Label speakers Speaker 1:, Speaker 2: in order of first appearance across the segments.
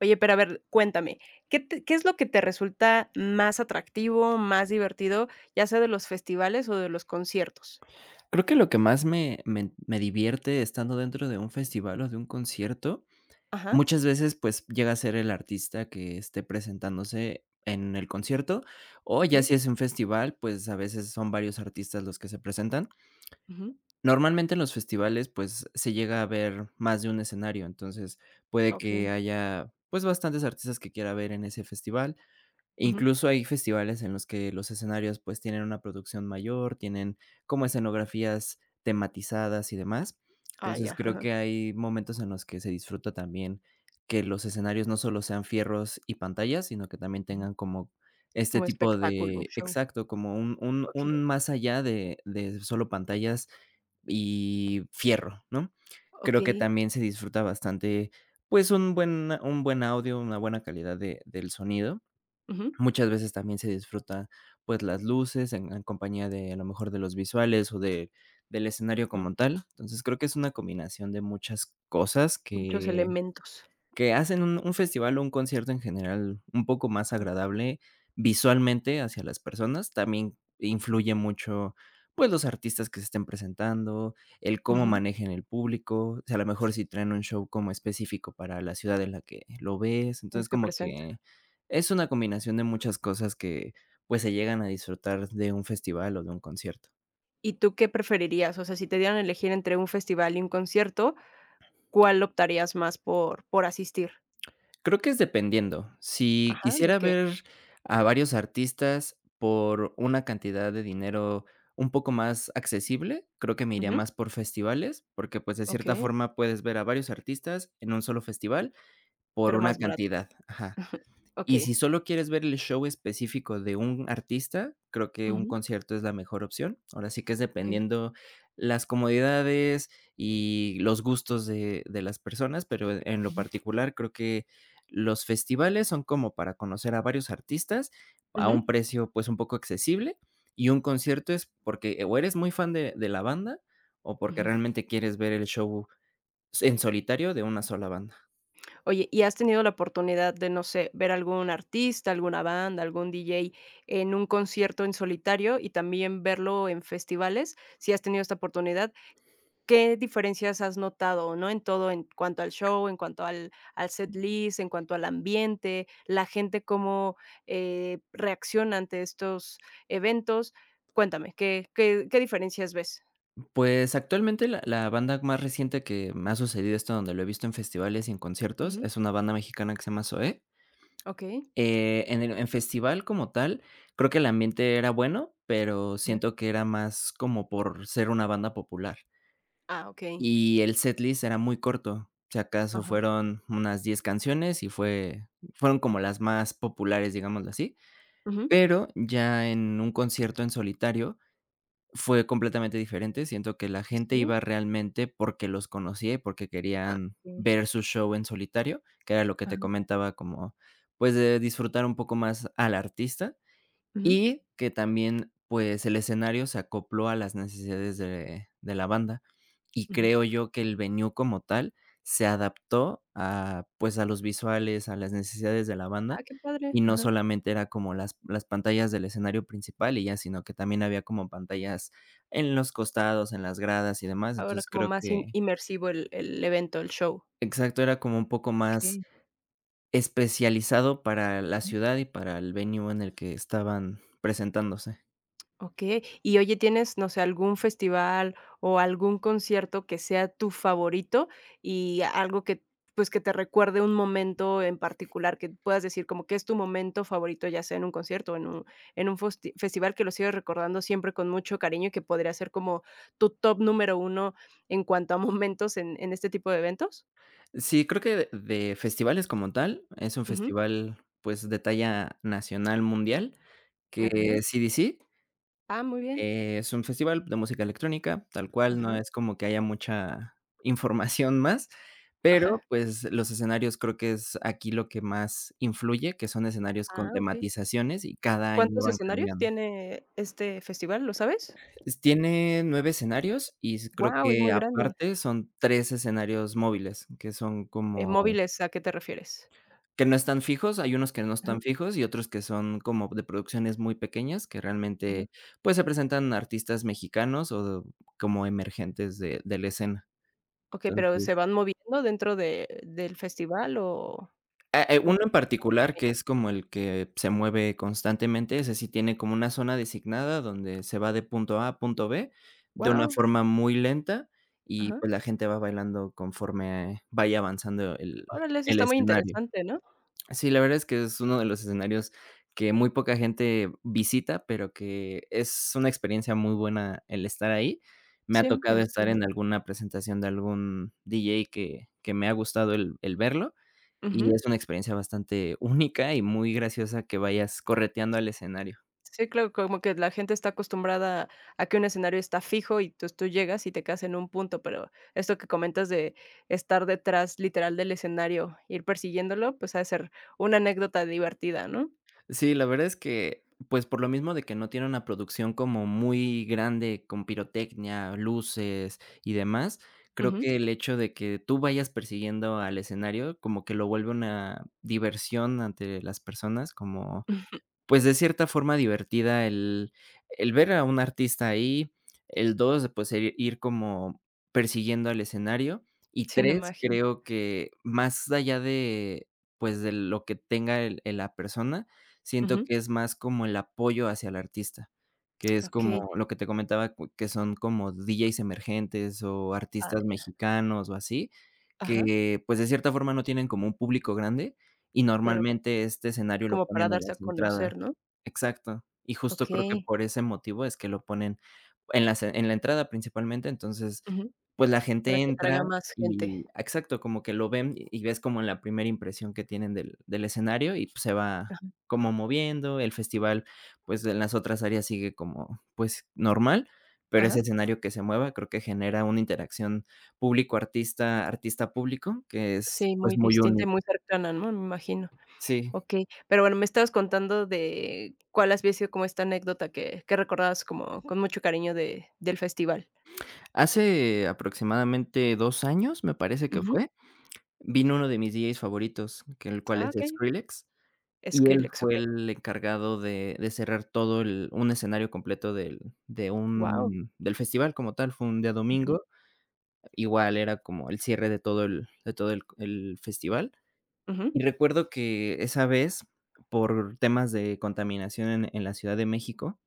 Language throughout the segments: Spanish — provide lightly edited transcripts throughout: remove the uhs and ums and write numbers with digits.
Speaker 1: Oye, pero a ver, cuéntame, ¿qué es lo que te resulta más atractivo, más divertido, ya sea de los festivales o de los conciertos?
Speaker 2: Creo que lo que más me divierte estando dentro de un festival o de un concierto,
Speaker 1: Ajá,
Speaker 2: muchas veces, pues, llega a ser el artista que esté presentándose en el concierto, o ya
Speaker 1: okey.
Speaker 2: si es un festival, pues, a veces son varios artistas los que se presentan.
Speaker 1: Ujú.
Speaker 2: Normalmente en los festivales, pues, se llega a ver más de un escenario, entonces puede que
Speaker 1: Okey.
Speaker 2: haya, pues, bastantes artistas que quiera ver en ese festival.
Speaker 1: Ujú.
Speaker 2: Incluso hay festivales en los que los escenarios, pues, tienen una producción mayor, tienen como escenografías tematizadas y demás.
Speaker 1: Ah,
Speaker 2: Entonces,
Speaker 1: ya,
Speaker 2: creo
Speaker 1: ajá.
Speaker 2: que hay momentos en los que se disfruta también que los escenarios no solo sean fierros y pantallas, sino que también
Speaker 1: Ujú.
Speaker 2: tengan como este
Speaker 1: Como
Speaker 2: tipo
Speaker 1: espectáculo, un
Speaker 2: de
Speaker 1: show.
Speaker 2: exacto, como un un
Speaker 1: Okey,
Speaker 2: un más allá de solo pantallas y fierro, ¿no? Creo que
Speaker 1: okey.
Speaker 2: también se disfruta bastante, pues, un buen audio, una buena calidad de del sonido.
Speaker 1: Ujú,
Speaker 2: Muchas veces también se disfruta, pues, las luces en compañía de, a lo mejor, de los visuales o de del escenario
Speaker 1: ujú.
Speaker 2: como tal. Entonces, creo que es una combinación de muchas cosas
Speaker 1: Muchos
Speaker 2: que
Speaker 1: elementos.
Speaker 2: hacen un festival o un concierto en general un poco más agradable visualmente hacia las personas. También influye mucho, pues, los artistas que se estén presentando, el cómo
Speaker 1: Ujú.
Speaker 2: manejen el público, o sea a lo mejor si traen un show como específico para la ciudad en la que lo ves.
Speaker 1: Que
Speaker 2: Entonces,
Speaker 1: se
Speaker 2: como
Speaker 1: presenta.
Speaker 2: que es una combinación de muchas cosas que, pues, se llegan a disfrutar de un festival o de un concierto.
Speaker 1: ¿Y tú qué preferirías? O sea, si te dieran a elegir entre un festival y un concierto, ¿cuál optarías más por asistir?
Speaker 2: Creo que es dependiendo. Si
Speaker 1: Ajá, ¿de
Speaker 2: quisiera
Speaker 1: qué?
Speaker 2: ver a varios artistas por una cantidad de dinero un poco más accesible, creo que me iría
Speaker 1: Ujú.
Speaker 2: más por festivales, porque, pues, de cierta
Speaker 1: Okey,
Speaker 2: forma puedes ver a varios artistas en un solo festival por
Speaker 1: pero
Speaker 2: una
Speaker 1: más barato.
Speaker 2: cantidad. Ajá. Y
Speaker 1: Okey.
Speaker 2: si solo quieres ver el show específico de un artista, creo que un
Speaker 1: Ujú.
Speaker 2: concierto es la mejor opción. Ahora sí que es
Speaker 1: Okey,
Speaker 2: dependiendo las comodidades y los gustos de las personas, pero en lo
Speaker 1: ujú,
Speaker 2: particular creo que los festivales son como para conocer a varios artistas a un
Speaker 1: ujú,
Speaker 2: precio pues un poco accesible y un concierto es porque o eres muy fan de la banda o porque
Speaker 1: ujú.
Speaker 2: realmente quieres ver el show en solitario de una sola banda.
Speaker 1: Oye, ¿y has tenido la oportunidad de, no sé, ver algún artista, alguna banda, algún DJ en un concierto en solitario y también verlo en festivales? Si has tenido esta oportunidad, ¿qué diferencias has notado, no? En todo, en cuanto al show, en cuanto al setlist, en cuanto al ambiente, la gente cómo, reacciona ante estos eventos. Cuéntame, ¿qué diferencias ves?
Speaker 2: Pues, actualmente la banda más reciente que me ha sucedido esto, donde lo he visto en festivales y en conciertos,
Speaker 1: Ujú,
Speaker 2: es una banda mexicana que se llama Zoé.
Speaker 1: okey.
Speaker 2: En el en festival como tal, creo que el ambiente era bueno, pero
Speaker 1: Ya.
Speaker 2: siento que era más como por ser una banda popular.
Speaker 1: Ah, okey.
Speaker 2: Y el setlist era muy corto, si acaso
Speaker 1: Ajá.
Speaker 2: fueron unas 10 canciones y fueron como las más populares, digámoslo así.
Speaker 1: Ujú.
Speaker 2: Pero ya en un concierto en solitario, fue completamente diferente, siento que la gente
Speaker 1: Sí,
Speaker 2: iba realmente porque los conocía y porque
Speaker 1: ah,
Speaker 2: querían
Speaker 1: sí.
Speaker 2: ver su show en solitario, que era lo que te
Speaker 1: Ajá,
Speaker 2: comentaba como, pues, de disfrutar un poco más al artista.
Speaker 1: ujú,
Speaker 2: Y que también, pues, el escenario se acopló a las necesidades de la banda, y
Speaker 1: ujú.
Speaker 2: creo yo que el venue como tal se adaptó a, pues, a los visuales, a las necesidades de la banda,
Speaker 1: Ah, qué
Speaker 2: y
Speaker 1: padre,
Speaker 2: no
Speaker 1: ajá.
Speaker 2: solamente era como las pantallas del escenario principal y ya, sino que también había como pantallas en los costados, en las gradas y demás.
Speaker 1: Ahora
Speaker 2: Entonces,
Speaker 1: como
Speaker 2: creo
Speaker 1: más in
Speaker 2: que
Speaker 1: inmersivo el evento, el show.
Speaker 2: exacto, era como un poco más
Speaker 1: Okey.
Speaker 2: especializado para la ciudad y para el venue en el que estaban presentándose.
Speaker 1: Okey. Y oye, ¿tienes, no sé, algún festival o algún concierto que sea tu favorito y algo que, pues, que te recuerde un momento en particular, que puedas decir como que es tu momento favorito, ya sea en un concierto o en un fosti festival que lo sigues recordando siempre con mucho cariño y que podría ser como tu top número uno en cuanto a momentos en este tipo de eventos?
Speaker 2: Sí, creo que de festivales como tal, es un
Speaker 1: Ujú.
Speaker 2: festival, pues, de talla nacional, mundial, que
Speaker 1: Okey.
Speaker 2: es CDC,
Speaker 1: Ah, muy bien.
Speaker 2: es un festival de música electrónica, tal cual, no
Speaker 1: Ajá,
Speaker 2: es como que haya mucha información más, pero,
Speaker 1: ajá.
Speaker 2: pues, los escenarios creo que es aquí lo que más influye, que son escenarios
Speaker 1: Ah,
Speaker 2: con
Speaker 1: okey.
Speaker 2: tematizaciones y cada año
Speaker 1: ¿Cuántos
Speaker 2: van
Speaker 1: escenarios
Speaker 2: cambiando.
Speaker 1: tiene este festival, lo sabes?
Speaker 2: S Tiene 9 escenarios y s creo
Speaker 1: Wow, es
Speaker 2: que
Speaker 1: muy grande.
Speaker 2: aparte son 3 escenarios móviles, que son como
Speaker 1: ¿Móviles a qué te refieres?
Speaker 2: que no están fijos, hay unos que no
Speaker 1: Ajá,
Speaker 2: están fijos y otros que son como de producciones muy pequeñas que realmente,
Speaker 1: ajá.
Speaker 2: pues, se presentan artistas mexicanos o como emergentes de la escena.
Speaker 1: Okey, pero, ¿se
Speaker 2: Entonces,
Speaker 1: van moviendo dentro de del festival o son
Speaker 2: uno en
Speaker 1: más
Speaker 2: particular que
Speaker 1: pequeños?
Speaker 2: es como el que se mueve constantemente, ese sí tiene como una zona designada donde se va de punto A a punto B de una
Speaker 1: Guau,
Speaker 2: forma muy lenta y,
Speaker 1: ajá.
Speaker 2: pues, la gente va bailando conforme vaya avanzando el
Speaker 1: Órale, eso
Speaker 2: el
Speaker 1: está muy
Speaker 2: escenario.
Speaker 1: interesante, ¿no?
Speaker 2: Sí, la verdad es que es uno de los escenarios que muy poca gente visita, pero que es una experiencia muy buena el estar ahí. Me ha
Speaker 1: Sí, me
Speaker 2: tocado estar
Speaker 1: imagino.
Speaker 2: en alguna presentación de algún DJ que me ha gustado el verlo, y
Speaker 1: Ujú.
Speaker 2: es una experiencia bastante única y muy graciosa que vayas correteando al escenario.
Speaker 1: Sí, claro, como que la gente está acostumbrada a que un escenario está fijo y entonces tú llegas y te quedas en un punto, pero esto que comentas de estar detrás literal del escenario, ir persiguiéndolo, pues, ha de ser una anécdota divertida, ¿no?
Speaker 2: Sí, la verdad es que, pues, por lo mismo de que no tiene una producción como muy grande con pirotecnia, luces y demás, creo
Speaker 1: Ujú.
Speaker 2: que el hecho de que tú vayas persiguiendo al escenario como que lo vuelve una diversión ante las personas, como pues, de cierta forma divertida el ver a un artista ahí, el 2 pues, el ir como persiguiendo al escenario, y
Speaker 1: Sí, me
Speaker 2: 3
Speaker 1: imagino.
Speaker 2: creo que más allá de, pues, de lo que tenga el la persona, siento
Speaker 1: Ujú.
Speaker 2: que es más como el apoyo hacia el artista, que es como
Speaker 1: Okey.
Speaker 2: lo que te comentaba, cu que son como DJs emergentes o
Speaker 1: Ah,
Speaker 2: artistas
Speaker 1: ya.
Speaker 2: mexicanos o así,
Speaker 1: Ajá.
Speaker 2: que, pues, de cierta forma no tienen como un público grande y
Speaker 1: Pero
Speaker 2: normalmente este escenario lo
Speaker 1: como
Speaker 2: ponen
Speaker 1: para
Speaker 2: en
Speaker 1: darse a
Speaker 2: las entradas.
Speaker 1: conocer, ¿no?
Speaker 2: Exacto. Y justo creo que
Speaker 1: Okey.
Speaker 2: por ese motivo es que lo ponen en la entrada principalmente, entonces,
Speaker 1: Ujú.
Speaker 2: pues, la
Speaker 1: Para
Speaker 2: gente
Speaker 1: que
Speaker 2: entra
Speaker 1: atraiga más gente.
Speaker 2: y exacto, como que lo ven y ves como la primera impresión que tienen del del escenario y, pues, se va
Speaker 1: Ajá.
Speaker 2: como moviendo. El festival, pues, en las otras áreas sigue como, pues, normal, pero
Speaker 1: Ajá.
Speaker 2: ese escenario que se mueva creo que genera una interacción público-artista, artista-público que es,
Speaker 1: Sí,
Speaker 2: pues,
Speaker 1: muy
Speaker 2: muy
Speaker 1: distinta y
Speaker 2: único.
Speaker 1: muy cercana, ¿no? Me imagino.
Speaker 2: Sí.
Speaker 1: Okey. Pero bueno, me estabas contando de cuál había sido como esta anécdota que recordabas como con mucho cariño de del festival.
Speaker 2: Hace aproximadamente 2 años, me parece que
Speaker 1: Ujú.
Speaker 2: fue, vino uno de mis DJs favoritos, que el cual
Speaker 1: Ah,
Speaker 2: es
Speaker 1: okey.
Speaker 2: Skrillex, y él
Speaker 1: Skrillex,
Speaker 2: fue
Speaker 1: okey.
Speaker 2: el encargado de cerrar todo el un escenario completo del de
Speaker 1: Guau.
Speaker 2: un del festival como tal, fue un día domingo, igual era como el cierre de todo el festival. Y recuerdo que esa vez, por temas de contaminación en la Ciudad de México,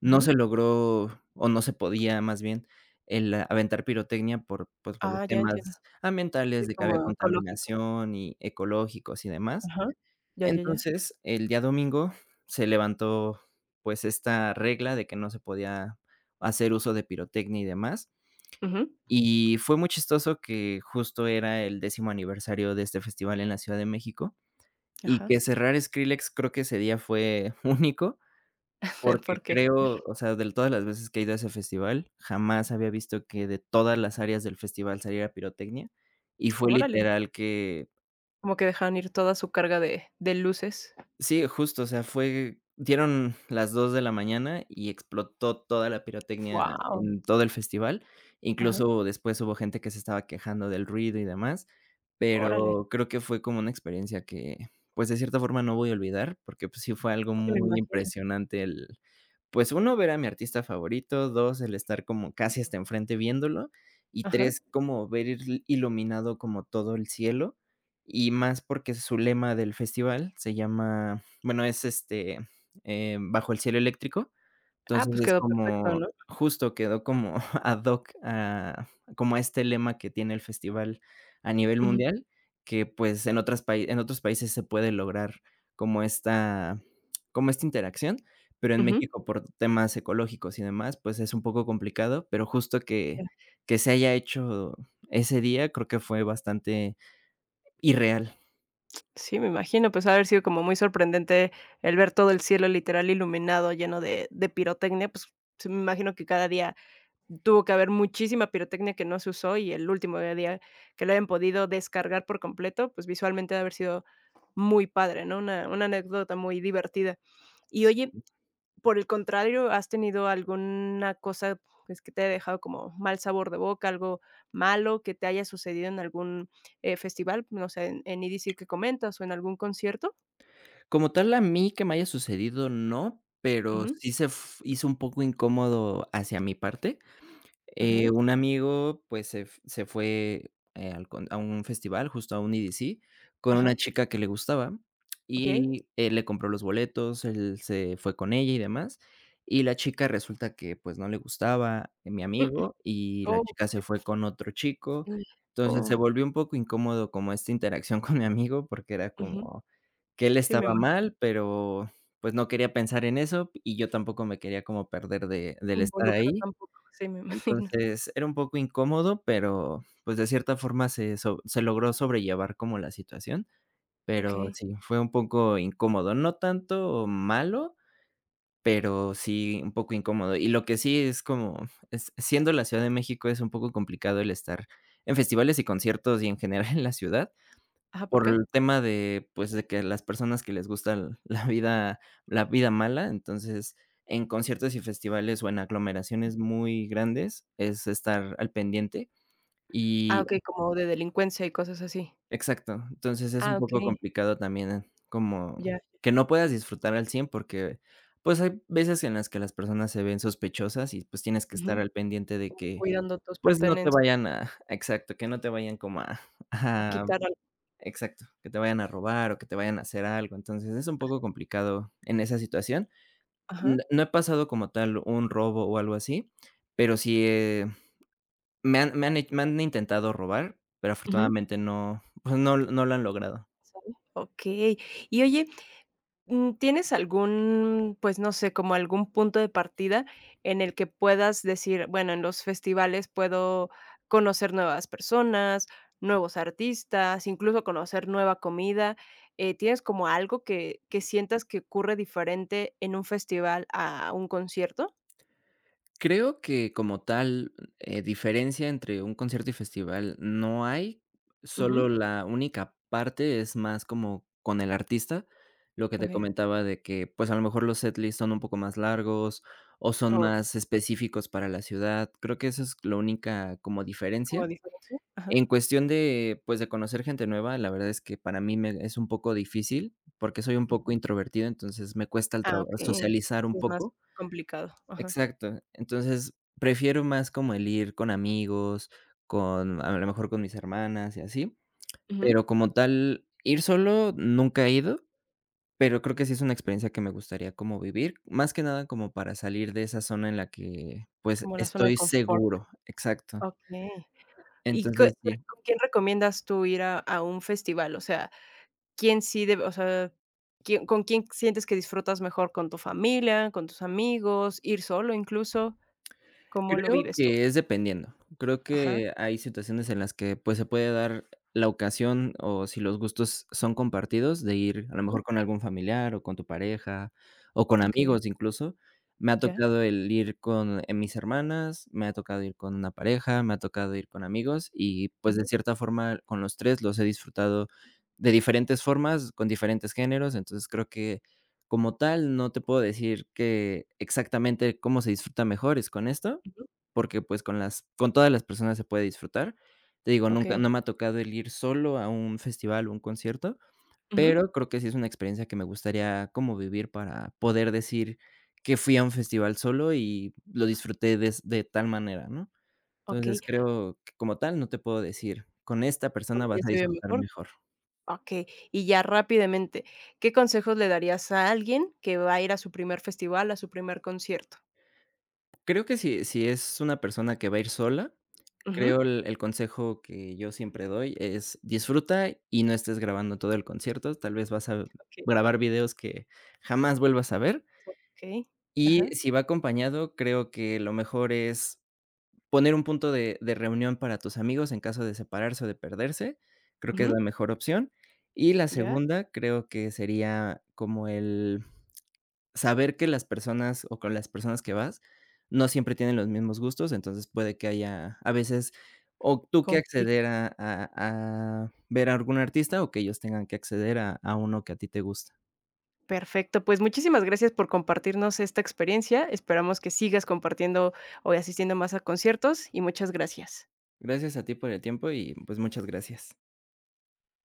Speaker 2: no se logró, o no se podía más bien, el aventar pirotecnia por, pues, por los
Speaker 1: Ah, ya entiendo.
Speaker 2: temas
Speaker 1: Sí,
Speaker 2: ambientales, de que había
Speaker 1: como ecológico.
Speaker 2: contaminación y ecológicos y demás.
Speaker 1: Ajá. Ya, ya, ya.
Speaker 2: Entonces, el día domingo se levantó, pues, esta regla de que no se podía hacer uso de pirotecnia y demás.
Speaker 1: Ujú.
Speaker 2: Y fue muy chistoso que justo era el décimo aniversario de este festival en la Ciudad de México, y
Speaker 1: Ajá.
Speaker 2: que cerrar Skrillex creo que ese día fue único, porque
Speaker 1: ¿Por qué?
Speaker 2: creo, o sea, de todas las veces que he ido a ese festival, jamás había visto que de todas las áreas del festival saliera pirotecnia, y fue
Speaker 1: Órale.
Speaker 2: literal que
Speaker 1: Como que dejaron ir toda su carga de luces.
Speaker 2: sí, justo, o sea, fue dieron las 2 de la mañana y explotó toda la pirotecnia
Speaker 1: Guau.
Speaker 2: en todo el festival.
Speaker 1: Ajá.
Speaker 2: Incluso después hubo gente que se estaba quejando del ruido y demás,
Speaker 1: Órale.
Speaker 2: pero creo que fue como una experiencia que, pues, de cierta forma no voy a olvidar, porque, pues, sí fue algo
Speaker 1: Sí, me
Speaker 2: muy
Speaker 1: imagino.
Speaker 2: impresionante el. Pues uno ver a mi artista favorito, 2 el estar como casi hasta enfrente viéndolo, y
Speaker 1: Ajá.
Speaker 2: 3 como ver il iluminado como todo el cielo, y más porque su lema del festival se llama, bueno, es, este, Bajo el cielo eléctrico,
Speaker 1: Ah,
Speaker 2: entonces,
Speaker 1: pues
Speaker 2: es
Speaker 1: quedó perfecto,
Speaker 2: como
Speaker 1: ¿no?
Speaker 2: justo quedó como ad hoc a como a este lema que tiene el festival a nivel
Speaker 1: Ujú,
Speaker 2: mundial, que, pues, en otras pai en otros países se puede lograr como esta como esta interacción, pero en
Speaker 1: ujú.
Speaker 2: México, por temas ecológicos y demás, pues, es un poco complicado, pero justo que
Speaker 1: Ya.
Speaker 2: que se haya hecho ese día, creo que fue bastante irreal.
Speaker 1: Sí, me imagino, pues, ha de haber sido como muy sorprendente el ver todo el cielo literal iluminado, lleno de pirotecnia, pues, sí me imagino que cada día tuvo que haber muchísima pirotecnia que no se usó y el último día que lo hayan podido descargar por completo, pues, visualmente ha de haber sido muy padre, ¿no? Una anécdota muy divertida. Y oye. Por el contrario, ¿has tenido alguna cosa, pues, que te haya dejado como mal sabor de boca, algo malo que te haya sucedido en algún, festival? No sé, en EDC que comentas o en algún concierto.
Speaker 2: Como tal, a mí que me haya sucedido, no, pero
Speaker 1: Ujú,
Speaker 2: sí se f hizo un poco incómodo hacia mi parte. Eh,
Speaker 1: okey.
Speaker 2: un amigo, pues, se fue, al con a un festival, justo a un EDC, con una
Speaker 1: Ajá,
Speaker 2: chica que le gustaba,
Speaker 1: okey.
Speaker 2: y él le compró los boletos, él se fue con ella y demás, y la chica resulta que, pues, no le gustaba a mi amigo, y la
Speaker 1: Oh,
Speaker 2: chica
Speaker 1: qué
Speaker 2: se
Speaker 1: triste.
Speaker 2: fue con otro chico.
Speaker 1: Mm,
Speaker 2: Entonces, se
Speaker 1: oh,
Speaker 2: volvió un poco incómodo como esta interacción con mi amigo, porque era
Speaker 1: ujú.
Speaker 2: como que él
Speaker 1: Sí, me
Speaker 2: estaba
Speaker 1: imagino.
Speaker 2: mal, pero, pues, no quería pensar en eso, y yo tampoco me quería como perder de del estar
Speaker 1: Involucra
Speaker 2: ahí.
Speaker 1: tampoco. Sí, me imagino.
Speaker 2: Entonces, era un poco incómodo, pero, pues, de cierta forma se logró sobrellevar como la situación, pero
Speaker 1: Okey.
Speaker 2: sí, fue un poco incómodo, no tanto malo, pero sí un poco incómodo. Y lo que sí es como es siendo la Ciudad de México es un poco complicado el estar en festivales y conciertos y en general en la ciudad,
Speaker 1: Ajá, ¿por
Speaker 2: por
Speaker 1: qué?
Speaker 2: el tema de, pues, de que las personas que les gusta l la vida mala. Entonces, en conciertos y festivales, o en aglomeraciones muy grandes, es estar al pendiente
Speaker 1: Ah,
Speaker 2: y
Speaker 1: okey, como de delincuencia y cosas así.
Speaker 2: exacto. Entonces, es un
Speaker 1: Ah,
Speaker 2: poco
Speaker 1: okey,
Speaker 2: complicado también, como
Speaker 1: ya.
Speaker 2: que no puedas disfrutar al 100 porque, pues, hay veces en las que las personas se ven sospechosas y, pues, tienes que estar
Speaker 1: Ujú.
Speaker 2: al pendiente de
Speaker 1: Como
Speaker 2: que,
Speaker 1: cuidando tus
Speaker 2: pues, no te
Speaker 1: pertenencias.
Speaker 2: vayan a exacto, que no te vayan como
Speaker 1: A
Speaker 2: a
Speaker 1: quitar al
Speaker 2: exacto, que te vayan a robar o que te vayan a hacer algo. Entonces, es un poco complicado en esa situación.
Speaker 1: ajá.
Speaker 2: N no he pasado como tal un robo o algo así, pero sí, me han intentado robar, pero afortunadamente no, pues no lo han logrado.
Speaker 1: ¿Sale? Okey. Y oye, mm, ¿tienes algún, pues, no sé, como algún punto de partida en el que puedas decir: "Bueno, en los festivales puedo conocer nuevas personas, nuevos artistas, incluso conocer nueva comida"? ¿Tienes como algo que sientas que ocurre diferente en un festival a un concierto?
Speaker 2: Creo que como tal, diferencia entre un concierto y festival no hay,
Speaker 1: Ujú.
Speaker 2: solo la única parte es más como con el artista, lo que te
Speaker 1: Okey.
Speaker 2: comentaba de que, pues, a lo mejor los setlists son un poco más largos o son más
Speaker 1: Okey,
Speaker 2: específicos para la ciudad. Creo que esa es la única como
Speaker 1: ¿como
Speaker 2: diferencia.
Speaker 1: diferencia? Ajá.
Speaker 2: En cuestión de, pues, de conocer gente nueva, la verdad es que para mí me es un poco difícil, porque soy un poco introvertido, entonces me cuesta el
Speaker 1: Ah,
Speaker 2: traba
Speaker 1: okey.
Speaker 2: socializar un
Speaker 1: Sí, es más
Speaker 2: poco.
Speaker 1: complicado. Ajá.
Speaker 2: Exacto. Entonces, prefiero más como el ir con amigos, con a lo mejor con mis hermanas y así,
Speaker 1: Ujú.
Speaker 2: pero como tal, ir solo nunca he ido, pero creo que sí es una experiencia que me gustaría como vivir, más que nada como para salir de esa zona en la que, pues,
Speaker 1: Como la zona de
Speaker 2: estoy
Speaker 1: confort.
Speaker 2: seguro. Exacto.
Speaker 1: Okey. ¿Y co
Speaker 2: Entonces, sí.
Speaker 1: con quién recomiendas tú ir a un festival? O sea, ¿quién sí debe o sea, quién con quién sientes que disfrutas mejor? ¿Con tu familia, con tus amigos, ir solo incluso? ¿Cómo lo
Speaker 2: Creo
Speaker 1: vives tú?
Speaker 2: que es dependiendo. Creo
Speaker 1: Ajá,
Speaker 2: que hay situaciones en las que, pues, se puede dar la ocasión, o si los gustos son compartidos, de ir a lo
Speaker 1: ujú,
Speaker 2: mejor con algún familiar, o con tu pareja, o con
Speaker 1: okey,
Speaker 2: amigos incluso. Me ha
Speaker 1: ya,
Speaker 2: tocado el ir con, mis hermanas, me ha tocado ir con una pareja, me ha tocado ir con amigos y, pues, de
Speaker 1: ujú,
Speaker 2: cierta forma, con los 3 los he disfrutado de diferentes formas, con diferentes géneros. Entonces, creo que como tal, no te puedo decir que exactamente cómo se disfruta mejor es con esto,
Speaker 1: ujú,
Speaker 2: porque, pues, con todas las personas se puede disfrutar. Te digo, nunca
Speaker 1: okey,
Speaker 2: no me ha tocado el ir solo a un festival o un concierto,
Speaker 1: ujú,
Speaker 2: pero creo que sí es una experiencia que me gustaría como vivir para poder decir que fui a un festival solo y lo disfruté des de tal manera, ¿no?
Speaker 1: okey,
Speaker 2: Entonces, creo que como tal no te puedo decir, con esta
Speaker 1: ¿con
Speaker 2: persona vas
Speaker 1: quién
Speaker 2: a
Speaker 1: se ve
Speaker 2: disfrutar
Speaker 1: mejor?
Speaker 2: mejor.
Speaker 1: Okey, y ya rápidamente, ¿qué consejos le darías a alguien que va a ir a su primer festival, a su primer concierto?
Speaker 2: Creo que si es una persona que va a ir sola,
Speaker 1: Ujú,
Speaker 2: creo el consejo que yo siempre doy es disfruta y no estés grabando todo el concierto, tal vez vas a
Speaker 1: okey,
Speaker 2: grabar videos que jamás vuelvas a ver.
Speaker 1: okey,
Speaker 2: Y
Speaker 1: ajá,
Speaker 2: si va acompañado, creo que lo mejor es poner un punto de reunión para tus amigos en caso de separarse o de perderse, creo que es
Speaker 1: ujú,
Speaker 2: la mejor opción. Y la
Speaker 1: ya,
Speaker 2: segunda creo que sería como el saber que las personas o con las personas que vas no siempre tienen los mismos gustos, entonces puede que haya a veces o tú que acceder
Speaker 1: conflicto.
Speaker 2: a a ver a algún artista o que ellos tengan que acceder a uno que a ti te gusta.
Speaker 1: Perfecto, pues muchísimas gracias por compartirnos esta experiencia. Esperamos que sigas compartiendo o asistiendo más a conciertos y muchas gracias.
Speaker 2: Gracias a ti por el tiempo y, pues, muchas gracias.